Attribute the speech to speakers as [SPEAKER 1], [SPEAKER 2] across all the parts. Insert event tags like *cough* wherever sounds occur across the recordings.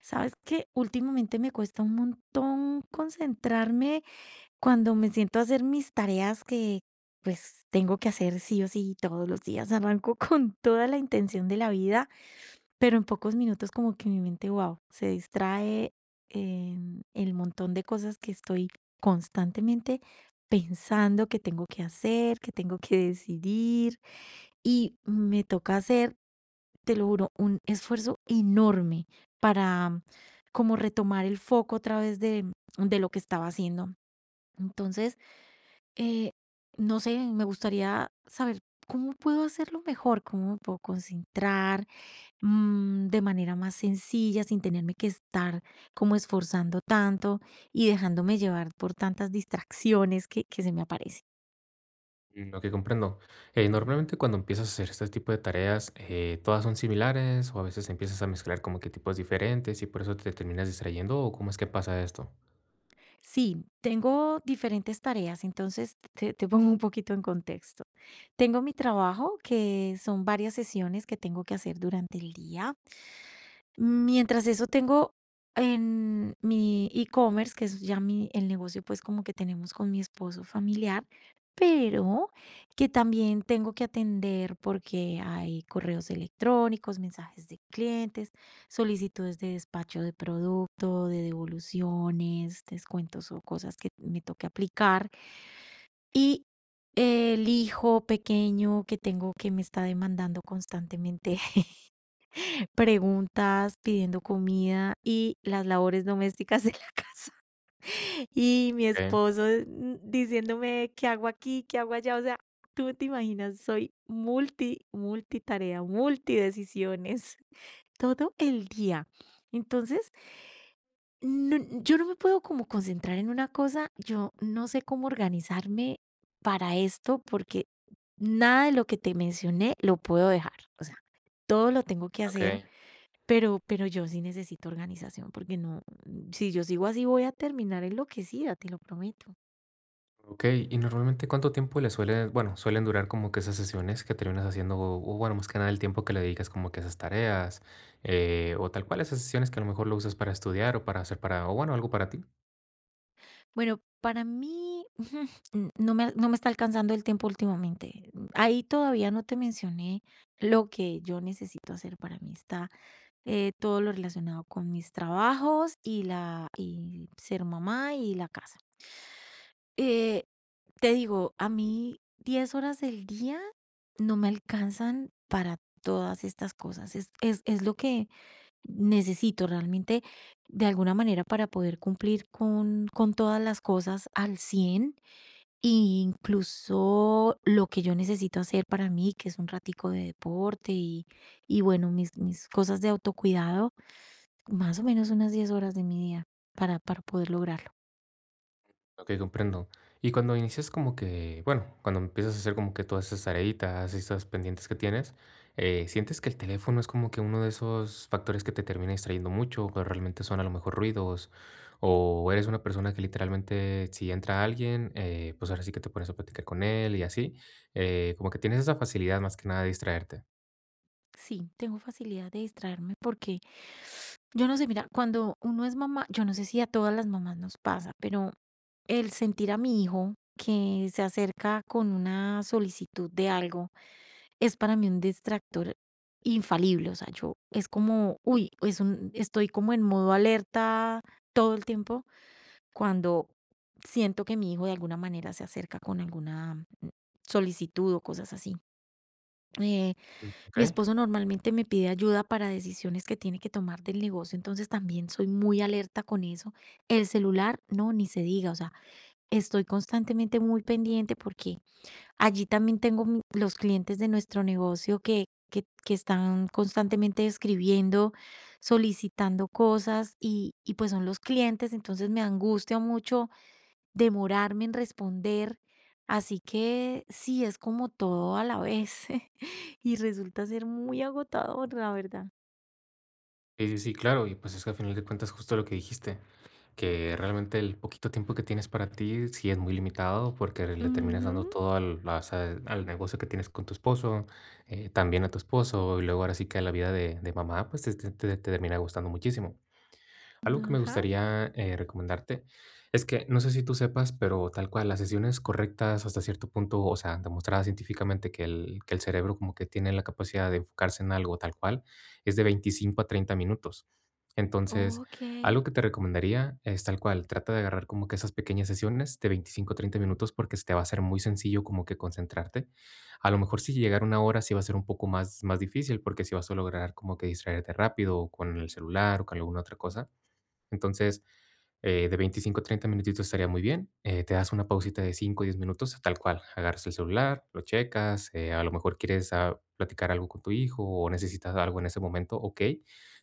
[SPEAKER 1] Sabes que últimamente me cuesta un montón concentrarme cuando me siento a hacer mis tareas que pues tengo que hacer sí o sí todos los días. Arranco *laughs* con toda la intención de la vida, pero en pocos minutos como que mi mente, wow, se distrae en el montón de cosas que estoy constantemente pensando que tengo que hacer, que tengo que decidir y me toca hacer te lo juro, un esfuerzo enorme para como retomar el foco otra vez de lo que estaba haciendo. Entonces, eh, no sé, me gustaría saber cómo puedo hacerlo mejor, cómo me puedo concentrar de manera más sencilla, sin tenerme que estar como esforzando tanto y dejándome llevar por tantas distracciones que se me aparecen.
[SPEAKER 2] Mm, ok, comprendo. Normalmente cuando empiezas a hacer este tipo de tareas, todas son similares o a veces empiezas a mezclar como que tipos diferentes y por eso te terminas distrayendo o cómo es que pasa esto.
[SPEAKER 1] Sí, tengo diferentes tareas, entonces te pongo un poquito en contexto. Tengo mi trabajo, que son varias sesiones que tengo que hacer durante el día. Mientras eso tengo en mi e-commerce, que es ya mi el negocio, pues, como que tenemos con mi esposo familiar, pero que también tengo que atender porque hay correos electrónicos, mensajes de clientes, solicitudes de despacho de producto, de devoluciones, descuentos o cosas que me toque aplicar. Y el hijo pequeño que tengo que me está demandando constantemente *laughs* preguntas, pidiendo comida y las labores domésticas de la *laughs* casa. Y mi
[SPEAKER 2] Okay,
[SPEAKER 1] esposo diciéndome qué hago aquí, qué hago allá. O sea, tú te imaginas, soy multitarea, multidecisiones *laughs* todo el día. Entonces, yo no me puedo como concentrar en una cosa. Yo no sé cómo organizarme para esto porque nada de lo que te mencioné lo puedo dejar. O sea, todo lo tengo que hacer
[SPEAKER 2] okay,
[SPEAKER 1] pero yo sí necesito organización, porque no, si yo sigo así voy a terminar enloquecida, te lo prometo.
[SPEAKER 2] okay. Y normalmente cuánto tiempo le suelen, bueno, suelen durar como que esas sesiones que terminas haciendo o, bueno, más que nada el tiempo que le dedicas como que a esas tareas o tal cual esas sesiones que a lo mejor lo usas para estudiar o para hacer para o bueno algo para ti.
[SPEAKER 1] Bueno, para mí, *laughs* n no me no me está alcanzando el tiempo últimamente. Ahí todavía no te mencioné lo que yo necesito hacer para mí. Está, todo lo relacionado con mis trabajos y ser mamá y la casa. Eh, te digo, a mí 10 horas del día no me alcanzan para todas estas cosas. Es lo que necesito realmente de alguna manera para poder cumplir con todas las cosas al 100% e incluso lo que yo necesito hacer para mí, que es un ratico de deporte y bueno, mis cosas de autocuidado, más o menos unas 10 horas de mi día para poder lograrlo.
[SPEAKER 2] Ok, comprendo. Y cuando inicias como que, bueno, cuando empiezas a hacer como que todas esas tareitas, esas pendientes que tienes, ¿sientes que el teléfono es como que uno de esos factores que te termina distrayendo mucho, o realmente son a lo mejor ruidos, o eres una persona que literalmente si entra alguien, pues ahora sí que te pones a platicar con él y así, como que tienes esa facilidad más que nada de distraerte?
[SPEAKER 1] Sí, tengo facilidad de distraerme porque yo no sé, mira, cuando uno es mamá, yo no sé si a todas las mamás nos pasa, pero el sentir a mi hijo que se acerca con una solicitud de algo es para mí un distractor infalible. O sea, yo es como, uy, estoy como en modo alerta todo el tiempo cuando siento que mi hijo de alguna manera se acerca con alguna solicitud o cosas así. Eh,
[SPEAKER 2] Mm. ¿Ok?
[SPEAKER 1] mi esposo normalmente me pide ayuda para decisiones que tiene que tomar del negocio, entonces también soy muy alerta con eso. El celular, no, ni se diga, o sea, estoy constantemente muy pendiente porque allí también tengo los clientes de nuestro negocio que están constantemente escribiendo, solicitando cosas y pues son los clientes, entonces me angustia mucho demorarme en responder. Así que sí, es como todo a la vez *laughs* y resulta ser muy agotador, la verdad.
[SPEAKER 2] Sí, sí, sí, claro, y pues es que al final de cuentas justo lo que dijiste, que realmente el poquito tiempo que tienes para ti sí es muy limitado porque le terminas dando
[SPEAKER 1] Ujú.
[SPEAKER 2] todo al, a- o sea, al negocio que tienes con tu esposo, también a tu esposo, y luego ahora sí que la vida de mamá pues te- te termina gustando muchísimo. Algo que me
[SPEAKER 1] Ajá.
[SPEAKER 2] gustaría, recomendarte es que, no sé si tú sepas, pero tal cual, las sesiones correctas hasta cierto punto, o sea, demostrada científicamente que el cerebro como que tiene la capacidad de enfocarse en algo tal cual, es de 25 a 30 minutos. Entonces,
[SPEAKER 1] Ok.
[SPEAKER 2] algo que te recomendaría es tal cual, trata de agarrar como que esas pequeñas sesiones de 25 a 30 minutos porque se te va a ser muy sencillo como que concentrarte. A lo mejor si llegar a una hora sí va a ser un poco más, más difícil porque si vas a lograr como que distraerte rápido o con el celular o con alguna otra cosa. Entonces, de 25 a 30 minutitos estaría muy bien. Te das una pausita de 5 o 10 minutos, tal cual. Agarras el celular, lo checas, a lo mejor quieres platicar algo con tu hijo o necesitas algo en ese momento, ok.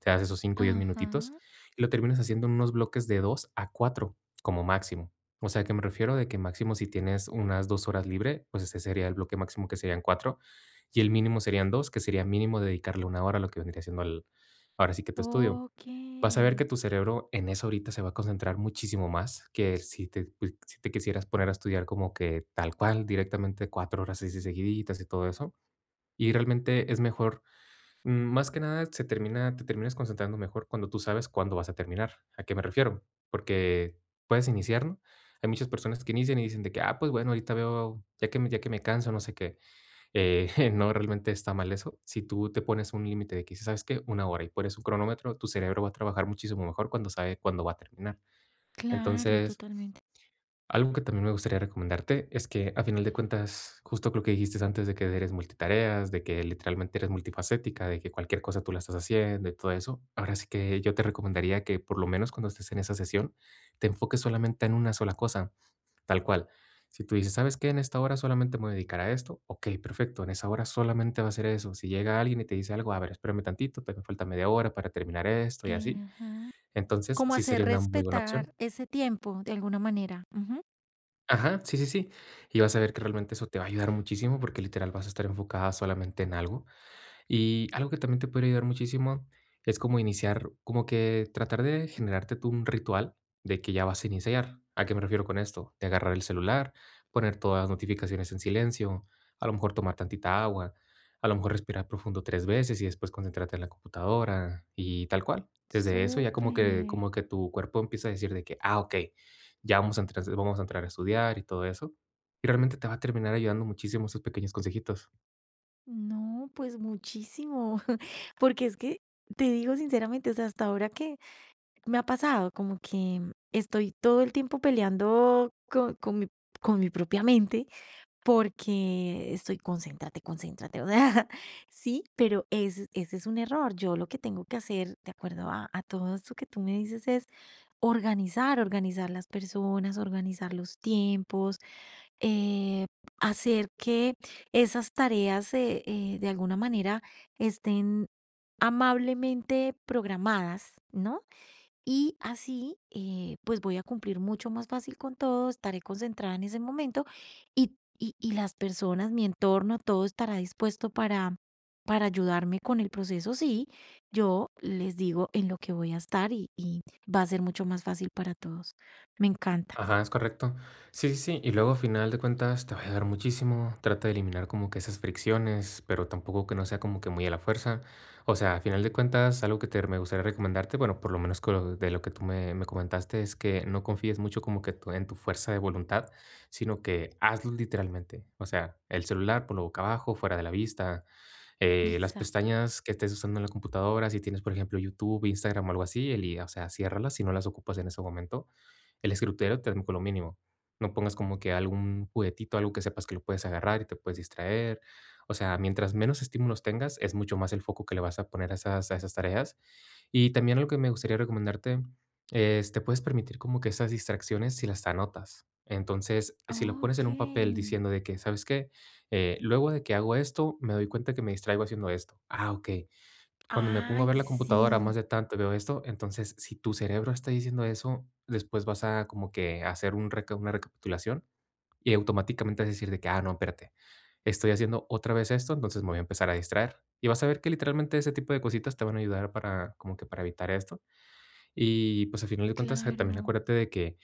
[SPEAKER 2] Te das esos cinco o 10
[SPEAKER 1] Ajá.
[SPEAKER 2] minutitos y lo terminas haciendo en unos bloques de 2 a 4, como máximo. O sea que me refiero de que máximo si tienes unas dos horas libre, pues ese sería el bloque máximo que serían cuatro y el mínimo serían dos, que sería mínimo dedicarle una hora a lo que vendría siendo el, ahora sí que tu estudio.
[SPEAKER 1] Ok.
[SPEAKER 2] Vas a ver que tu cerebro en eso ahorita se va a concentrar muchísimo más que si te, pues, si te quisieras poner a estudiar como que tal cual, directamente cuatro horas así seguiditas y todo eso. Y realmente es mejor, más que nada se termina, te terminas concentrando mejor cuando tú sabes cuándo vas a terminar. ¿A qué me refiero? Porque puedes iniciar, ¿no? Hay muchas personas que inician y dicen de que, ah, pues bueno, ahorita veo, ya que me canso, no sé qué. *laughs* No, realmente está mal eso. Si tú te pones un límite de que dices, ¿sabes qué? Una hora y pones un cronómetro, tu cerebro va a trabajar muchísimo mejor cuando sabe cuándo va a terminar.
[SPEAKER 1] Claro,
[SPEAKER 2] Entonces,
[SPEAKER 1] totalmente.
[SPEAKER 2] algo que también me gustaría recomendarte es que a final de cuentas, justo lo que dijiste antes de que eres multitareas, de que literalmente eres multifacética, de que cualquier cosa tú la estás haciendo y todo eso, ahora sí que yo te recomendaría que por lo menos cuando estés en esa sesión, te enfoques solamente en una sola cosa. Tal cual. Si tú dices: "¿Sabes qué? En esta hora solamente me voy a dedicar a esto", okey, perfecto, en esa hora solamente va a ser eso. Si llega alguien y te dice algo: "A ver, espérame tantito, te me falta media hora para terminar esto", y así.
[SPEAKER 1] Ajá.
[SPEAKER 2] Entonces,
[SPEAKER 1] Como
[SPEAKER 2] sí
[SPEAKER 1] hacer
[SPEAKER 2] sería una muy buena
[SPEAKER 1] respetar
[SPEAKER 2] opción.
[SPEAKER 1] ese tiempo de alguna manera. Ujú.
[SPEAKER 2] Ajá, sí, sí, sí. Y vas a ver que realmente eso te va a ayudar muchísimo porque literal vas a estar enfocada solamente en algo. Y algo que también te puede ayudar muchísimo es como iniciar, como que tratar de generarte tú un ritual de que ya vas a iniciar. ¿A qué me refiero con esto? De agarrar el celular, poner todas las notificaciones en silencio, a lo mejor tomar tantita agua, a lo mejor respirar profundo tres veces y después concentrarte en la computadora y tal cual. Desde eso ya
[SPEAKER 1] Súper.
[SPEAKER 2] como que tu cuerpo empieza a decir de que, ah, ok, ya vamos a entrar a estudiar y todo eso. Y realmente te va a terminar ayudando muchísimo esos pequeños consejitos.
[SPEAKER 1] No, pues muchísimo. *laughs* Porque es que te digo sinceramente, o sea, hasta ahora que me ha pasado como que estoy todo el tiempo peleando con mi propia mente porque estoy, concéntrate, concéntrate. O sea, *laughs* sí, pero ese es un error. Yo lo que tengo que hacer, de acuerdo a todo esto que tú me dices, es organizar, organizar las personas, organizar los tiempos, eh, hacer que esas tareas de alguna manera estén amablemente programadas, ¿no? Y así, pues voy a cumplir mucho más fácil con todo, estaré concentrada en ese momento y las personas, mi entorno, todo estará dispuesto para ayudarme con el proceso. Sí, yo les digo en lo que voy a estar y va a ser mucho más fácil para todos. Me encanta.
[SPEAKER 2] Ajá, es correcto. Sí, sí, sí. Y luego, a final de cuentas, te va a ayudar muchísimo. Trata de eliminar como que esas fricciones, pero tampoco que no sea como que muy a la fuerza. O sea, a final de cuentas, algo que te, me gustaría recomendarte, bueno, por lo menos con lo- de lo que tú me, me comentaste, es que no confíes mucho como que tu- en tu fuerza de voluntad, sino que hazlo literalmente. O sea, el celular por lo boca abajo, fuera de la vista, las
[SPEAKER 1] Exacto.
[SPEAKER 2] pestañas que estés usando en la computadora, si tienes, por ejemplo, YouTube, Instagram o algo así, eli o sea, ciérralas si no las ocupas en ese momento. El escritorio te con lo mínimo. No pongas como que algún juguetito, algo que sepas que lo puedes agarrar y te puedes distraer. O sea, mientras menos estímulos tengas, es mucho más el foco que le vas a poner a esas tareas y también algo que me gustaría recomendarte es, te puedes permitir como que esas distracciones si las anotas. Entonces, si lo pones
[SPEAKER 1] Ok.
[SPEAKER 2] en un papel diciendo de que, ¿sabes qué? Luego de que hago esto, me doy cuenta que me distraigo haciendo esto. Ah, ok. Cuando me pongo a ver
[SPEAKER 1] Ay,
[SPEAKER 2] la computadora
[SPEAKER 1] sí,
[SPEAKER 2] más de tanto y veo esto, entonces si tu cerebro está diciendo eso, después vas a como que hacer una recapitulación y automáticamente vas a decir de que, ah, no, espérate, estoy haciendo otra vez esto, entonces me voy a empezar a distraer. Y vas a ver que literalmente ese tipo de cositas te van a ayudar para, como que para evitar esto. Y pues al final de cuentas, también
[SPEAKER 1] claro.
[SPEAKER 2] acuérdate de que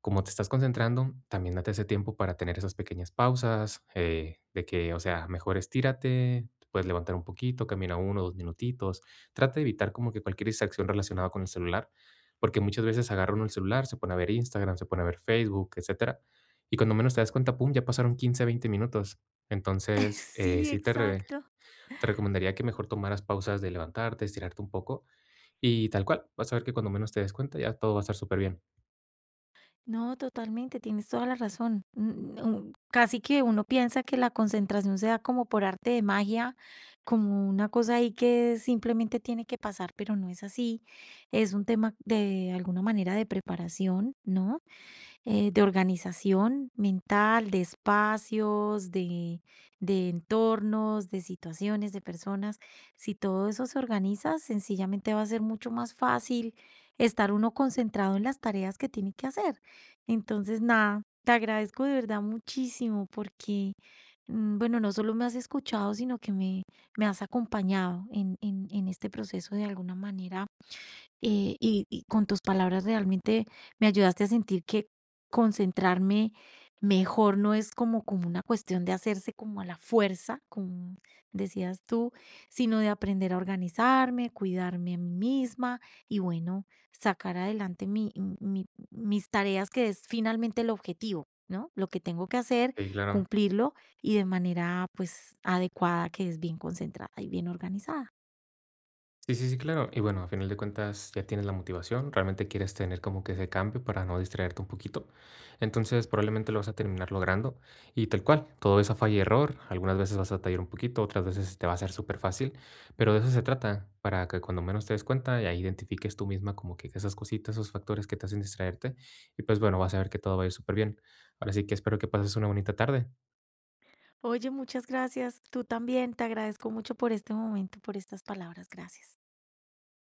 [SPEAKER 2] como te estás concentrando, también date ese tiempo para tener esas pequeñas pausas, de que, o sea, mejor estírate, te puedes levantar un poquito, camina uno, dos minutitos. Trata de evitar como que cualquier distracción relacionada con el celular, porque muchas veces agarra uno el celular, se pone a ver Instagram, se pone a ver Facebook, etcétera. Y cuando menos te das cuenta, pum, ya pasaron 15, 20 minutos.
[SPEAKER 1] *laughs*
[SPEAKER 2] Entonces,
[SPEAKER 1] Sí, exacto.
[SPEAKER 2] te recomendaría que mejor tomaras pausas de levantarte, estirarte un poco y tal cual. Vas a ver que cuando menos te des cuenta, ya todo va a estar súper bien.
[SPEAKER 1] No, totalmente, tienes toda la razón. Casi que uno piensa que la concentración se da como por arte de magia, como una cosa ahí que simplemente tiene que pasar, pero no es así. Es un tema de alguna manera de preparación, ¿no? De organización mental, de espacios, de entornos, de situaciones, de personas. Si todo eso se organiza, sencillamente va a ser mucho más fácil estar uno concentrado en las tareas que tiene que hacer. Entonces, nada, te agradezco de verdad muchísimo porque, bueno, no solo me has escuchado, sino que me has acompañado en este proceso de alguna manera y con tus palabras realmente me ayudaste a sentir que concentrarme mejor no es como, una cuestión de hacerse como a la fuerza, como decías tú, sino de aprender a organizarme, cuidarme a mí misma y bueno, sacar adelante mis tareas, que es finalmente el objetivo, ¿no? Lo que tengo que hacer,
[SPEAKER 2] Sí, claro.
[SPEAKER 1] cumplirlo y de manera pues adecuada, que es bien concentrada y bien organizada.
[SPEAKER 2] Sí, sí, sí, claro. Y bueno, a final de cuentas ya tienes la motivación, realmente quieres tener como que ese cambio para no distraerte un poquito. Entonces probablemente lo vas a terminar logrando y tal cual, todo es a falla y error. Algunas veces vas a batallar un poquito, otras veces te va a ser súper fácil, pero de eso se trata, para que cuando menos te des cuenta ya identifiques tú misma como que esas cositas, esos factores que te hacen distraerte y pues bueno, vas a ver que todo va a ir súper bien. Ahora sí que espero que pases una bonita tarde.
[SPEAKER 1] Oye, muchas gracias. Tú también, te agradezco mucho por este momento, por estas palabras. Gracias.